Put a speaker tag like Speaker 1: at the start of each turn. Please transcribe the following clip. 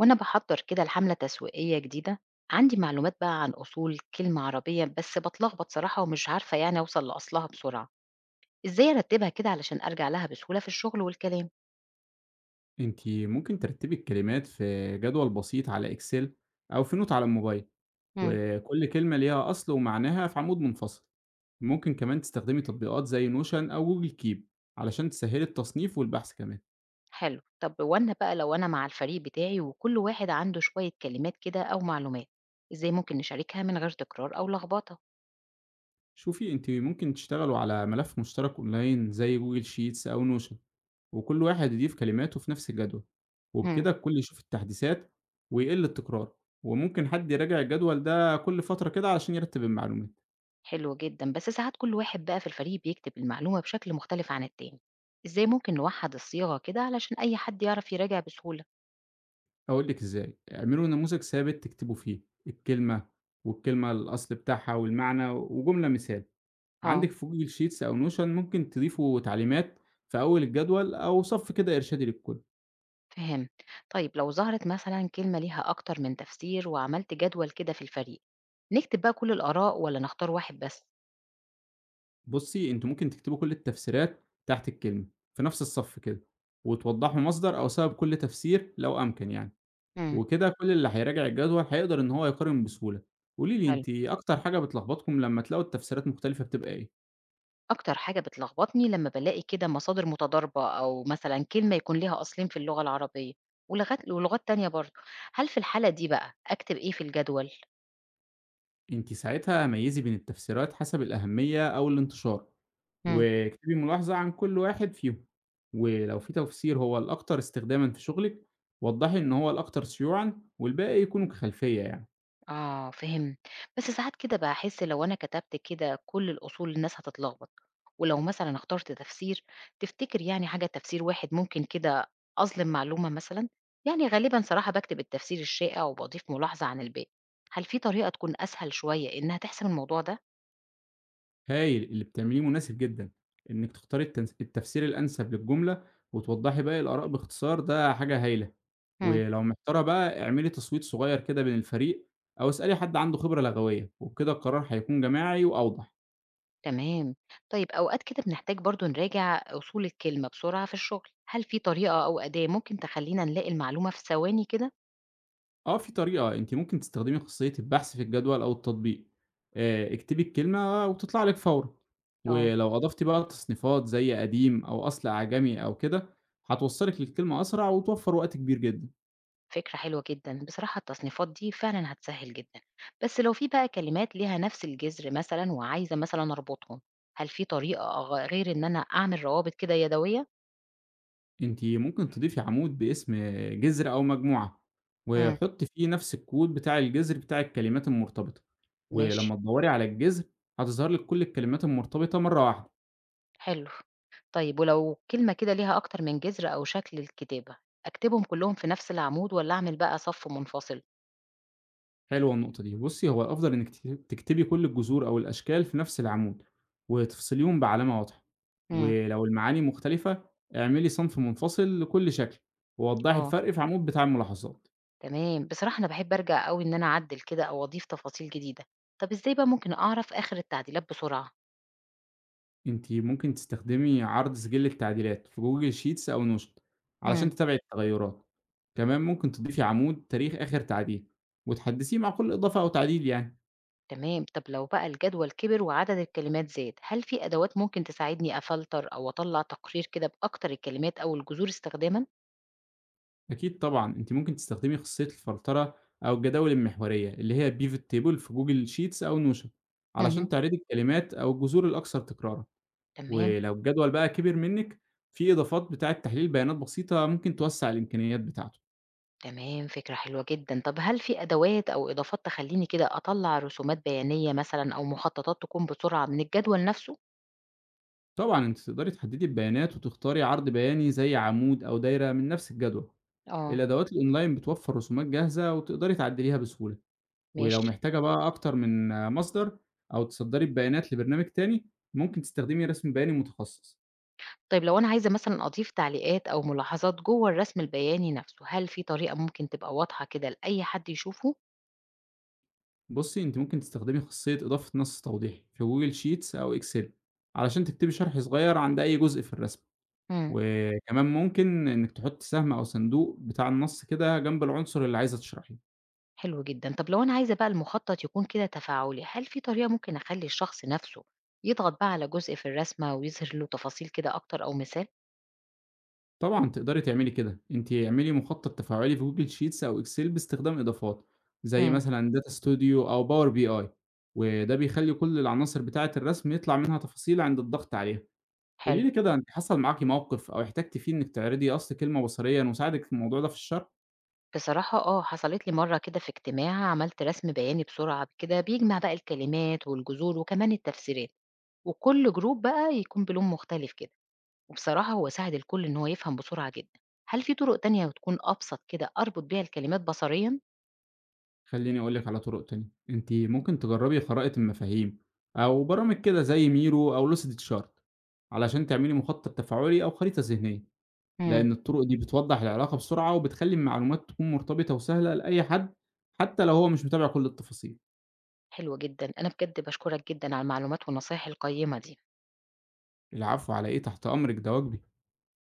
Speaker 1: وأنا بحضر كده لحملة تسويقية جديدة. عندي معلومات بقى عن أصول كلمة عربية بس بتلخبط صراحة ومش عارفة يعني أوصل لأصلها بسرعة. إزاي أرتبها كده علشان أرجع لها بسهولة في الشغل والكلام؟
Speaker 2: أنتِ ممكن ترتّبي الكلمات في جدول بسيط على Excel أو في نوت على الموبايل،
Speaker 1: مم.
Speaker 2: وكل كلمة ليها أصل ومعناها في عمود منفصل. ممكن كمان تستخدمي تطبيقات زي Notion أو Google Keep علشان تسهّلي التصنيف والبحث كمان.
Speaker 1: حلو. طب وأنا بقى لو أنا مع الفريق بتاعي وكل واحد عنده شوية كلمات كده أو معلومات، إزاي ممكن نشاركها من غير تكرار أو لخبطة؟
Speaker 2: شوفي أنتِ ممكن تشتغلوا على ملف مشترك أونلاين زي Google Sheets أو Notion وكل واحد يضيف كلماته في نفس الجدول،
Speaker 1: مم.
Speaker 2: وبكده الكل يشوف التحديثات ويقل التكرار، وممكن حد يراجع الجدول ده كل فترة كده علشان يرتّب المعلومات.
Speaker 1: حلو جدا. بس ساعات كل واحد بقى في الفريق بيكتب المعلومة بشكل مختلف عن التاني، إزاي ممكن نوحد الصيغة كده علشان أي حد يعرف يراجع بسهولة؟
Speaker 2: هاقول لِك إزاي، اعملوا نموذج ثابت تكتبوا فيه الكلمة، والكلمة الأصل بتاعها والمعنى، وجملة مثال.
Speaker 1: اه،
Speaker 2: عندِك في Google sheets أو notion ممكن تضيفوا تعليمات في أول الجدول أو صف كده إرشادي للكل.
Speaker 1: فهمت. طيب لو ظهرت مثلًا كلمة ليها أكتر من تفسير وعملت جدول كده في الفريق، نكتب بقى كل الآراء والّا نختار واحد بس؟
Speaker 2: بُصّي، أنتم ممكن تكتبوا كل التفسيرات تحت الكلمة، في نفس الصف كده، وتوضحوا مصدر أو سبب كل تفسير لو أمكن يعني،
Speaker 1: امم،
Speaker 2: وكده كل اللي هيراجع الجدول هيقدر إن هو يقارن بسهولة. قولي لي
Speaker 1: حلو.
Speaker 2: أنتِ أكتر حاجة بتلخبطكم لمّا تلاقوا التفسيرات مختلفة بتبقى إيه؟
Speaker 1: أكتر حاجة بتلخبطني لمّا بالاقي كده مصادر متضاربة أو مثلًا كلمة يكون ليها أصلين في اللغة العربية ولغات تانية برضه، هل في الحالة دي بقى أكتب إيه في الجدول؟
Speaker 2: أنتِ ساعتها ميّزي بين التفسيرات حسب الأهمية أو الانتشار،
Speaker 1: امم.
Speaker 2: واكتبي ملاحظة عن كل واحد فيهم، ولو في تفسير هو الأكتر استخدامًا في شغلِك، وضّحي إن هو الأكتر شيوعًا والباقي يكونوا كخلفية يعني.
Speaker 1: آه، فهمت. بس ساعات كده باحس لو أنا كتبت كده كل الأصول الناس هتتلخبط، ولو مثلًا اخترت تفسير، تفتكر يعني حاجة تفسير واحد ممكن كده أظلم معلومة مثلًا؟ يعني غالبًا صراحة باكتب التفسير الشائع وباضيف ملاحظة عن الباقي، هل في طريقة تكون أسهل شوية إنها تحسم الموضوع ده؟
Speaker 2: هايل، اللي بتعمليه مناسب جدًا، إنِّك تختاري التفسير الأنسب للجملة وتوضّحي باقي الآراء باختصار ده حاجة هايلة،
Speaker 1: مم.
Speaker 2: ولو محتارة بقى اعملي تصويت صغير كده بين الفريق أو اسألي حد عنده خبرة لغوية، وبكده القرار هيكون جماعي وأوضح.
Speaker 1: تمام. طيب أوقات كده بنحتاج برضه نراجع أصول الكلمة بسرعة في الشغل، هل في طريقة أو أداة ممكن تخلينا نلاقي المعلومة في ثواني كده؟
Speaker 2: آه، في طريقة، أنتِ ممكن تستخدمي خاصية البحث في الجدول أو التطبيق، اكتبي الكلمة وتطلع لِك فورًا،
Speaker 1: آه.
Speaker 2: ولو أضفتِ بقى تصنيفات زي قديم أو أصل أعجمي أو كده، هتوصّلِك للكلمة أسرع وتوفّر وقت كبير جدًا.
Speaker 1: فكرة حلوة جدًا، بصراحة التصنيفات دي فعلًا هتسهّل جدًا. بس لو في بقى كلمات ليها نفس الجذر مثلًا وعايزة مثلًا أربطهم، هل في طريقة غير إن أنا أعمل روابط كده يدوية؟
Speaker 2: أنتِ ممكن تضيفي عمود باسم جذر أو مجموعة،
Speaker 1: إمم،
Speaker 2: وحطّي فيه نفس الكود بتاع الجذر بتاع الكلمات المرتبطة،
Speaker 1: ماشي.
Speaker 2: ولمّا تدوّري على الجذر هتظهر لِك كل الكلمات المرتبطة مرّة واحدة.
Speaker 1: حلو. طيب ولو كلمة كده ليها أكتر من جذر أو شكل للكتابة، أكتبهم كلّهم في نفس العمود والّا أعمل بقى صف منفصل؟
Speaker 2: حلوة النقطة دي، بُصّي هو الأفضل إنِّك تكتبي كل الجذور أو الأشكال في نفس العمود، وتفصليهم بعلامة واضحة،
Speaker 1: إمم،
Speaker 2: ولو المعاني مختلفة اعملي صنف منفصل لكل شكل، ووضّحي
Speaker 1: آه.
Speaker 2: الفرق في عمود بتاع الملاحظات،
Speaker 1: تمام. بصراحة أنا باحب أرجع أوي إن أنا أعدّل كده أو أضيف تفاصيل جديدة، طب إزاي بقى ممكن أعرف آخر التعديلات بسرعة؟
Speaker 2: أنتِ ممكن تستخدمي عرض سجل التعديلات في Google sheets أو notion
Speaker 1: إمم.
Speaker 2: علشان تتابعي التغيرات، كمان ممكن تضيفي عمود تاريخ آخر تعديل، وتحدثيه مع كل إضافة أو تعديل يعني.
Speaker 1: تمام. طب لو بقى الجدول كبر وعدد الكلمات زاد هل في أدوات ممكن تساعدني أفلتر أو أطلع تقرير كده بأكتر الكلمات أو الجذور استخداما؟
Speaker 2: أكيد طبعًا، أنتِ ممكن تستخدمي خاصية الفلترة أو الجداول المحورية اللي هي pivot table في Google sheets أو notion علشان
Speaker 1: مهم.
Speaker 2: تعرضي الكلمات أو الجذور الأكثر تكرارًا،
Speaker 1: تمام
Speaker 2: ولو الجدول بقى كبر منِّك في إضافات بتاعة تحليل بيانات بسيطة ممكن توسّع الإمكانيات بتاعته.
Speaker 1: تمام. فكرة حلوة جدا. طب هل في أدوات أو إضافات تخليني كده أطلع رسومات بيانية مثلا أو مخططات تكون بسرعة من الجدول نفسه؟
Speaker 2: طبعًا أنتِ تقدري تحددي البيانات وتختاري عرض بياني زي عمود أو دايرة من نفس الجدول.
Speaker 1: اه.
Speaker 2: الأدوات الأونلاين بتوفر رسومات جاهزة وتقدري تعدليها بسهولة. ولو
Speaker 1: ماشي.
Speaker 2: محتاجة بقى أكتر من مصدر أو تصدّري البيانات لبرنامج تاني، ممكن تستخدمي رسم بياني متخصص.
Speaker 1: طيب لو أنا عايزة مثلا أضيف تعليقات أو ملاحظات جوه الرسم البياني نفسه هل في طريقة ممكن تبقى واضحة كده لأي حد يشوفه؟
Speaker 2: بُصّي، أنتِ ممكن تستخدمي خاصية إضافة نَص توضيحي في Google sheets أو Excel علشان تكتبي شرح صغير عند أي جزء في الرسمة،
Speaker 1: مم.
Speaker 2: وكمان ممكن إنِّك تحُطّي سهم أو صندوق بتاع النَص كده جنب العنصر اللي عايزة تشرحيه.
Speaker 1: حلو جدًا. طب لو أنا عايزة بقى المخطط يكون كده تفاعلي، هل في طريقة ممكن أخلّي الشخص نَفْسه يضغط بقى على جزء في الرسمة ويظهر له تفاصيل كده أكتر أو مثال؟
Speaker 2: طبعًا تقدري تعملي كده، أنتِ اعملي مخطط تفاعلي في Google sheets أو Excel باستخدام إضافات، زي
Speaker 1: إمم.
Speaker 2: مثلًا data studio أو power BI وده بيخلّي كل العناصر بتاعة الرسم يطلع منها تفاصيل عند الضغط عليها. قولي
Speaker 1: حلو.
Speaker 2: لي كده أنتِ حصل معاكِ موقف أو احتجتِ فيه إنِّك تعرضي أصل كلمة بصريًا وساعدِك في الموضوع ده في الشرح؟
Speaker 1: بصراحة آه، حصلت لي مرّة كده في اجتماع عملت رسم بياني بسرعة كده بيجمع بقى الكلمات والجذور وكمان التفسيرات، وكل جروب بقى يكون بلون مختلف كده، وبصراحة هو ساعد الكل إن هو يفهم بسرعة جدًا. هل في طُرق تانية وتكون أبسط كده أربط بيها الكلمات بصريًا؟
Speaker 2: خلّيني أقول لِك على طرق تانية، أنتِ ممكن تجربي خرائط المفاهيم أو برامج كده زي ميرو أو Lucid Chart علشان تعملي مخطط تفاعلي أو خريطة ذهنية.
Speaker 1: إمم.
Speaker 2: لأن الطرق دي بتوضّح العلاقة بسرعة، وبتخلّي المعلومات تكون مرتبطة وسهلة لأي حد، حتى لو هو مش متابع كل التفاصيل.
Speaker 1: حلو جدًا. أنا بجد باشكرك جدًا على المعلومات والنصايح القيّمة دي.
Speaker 2: العفو على إيه، تحت أمرِك، ده واجبي.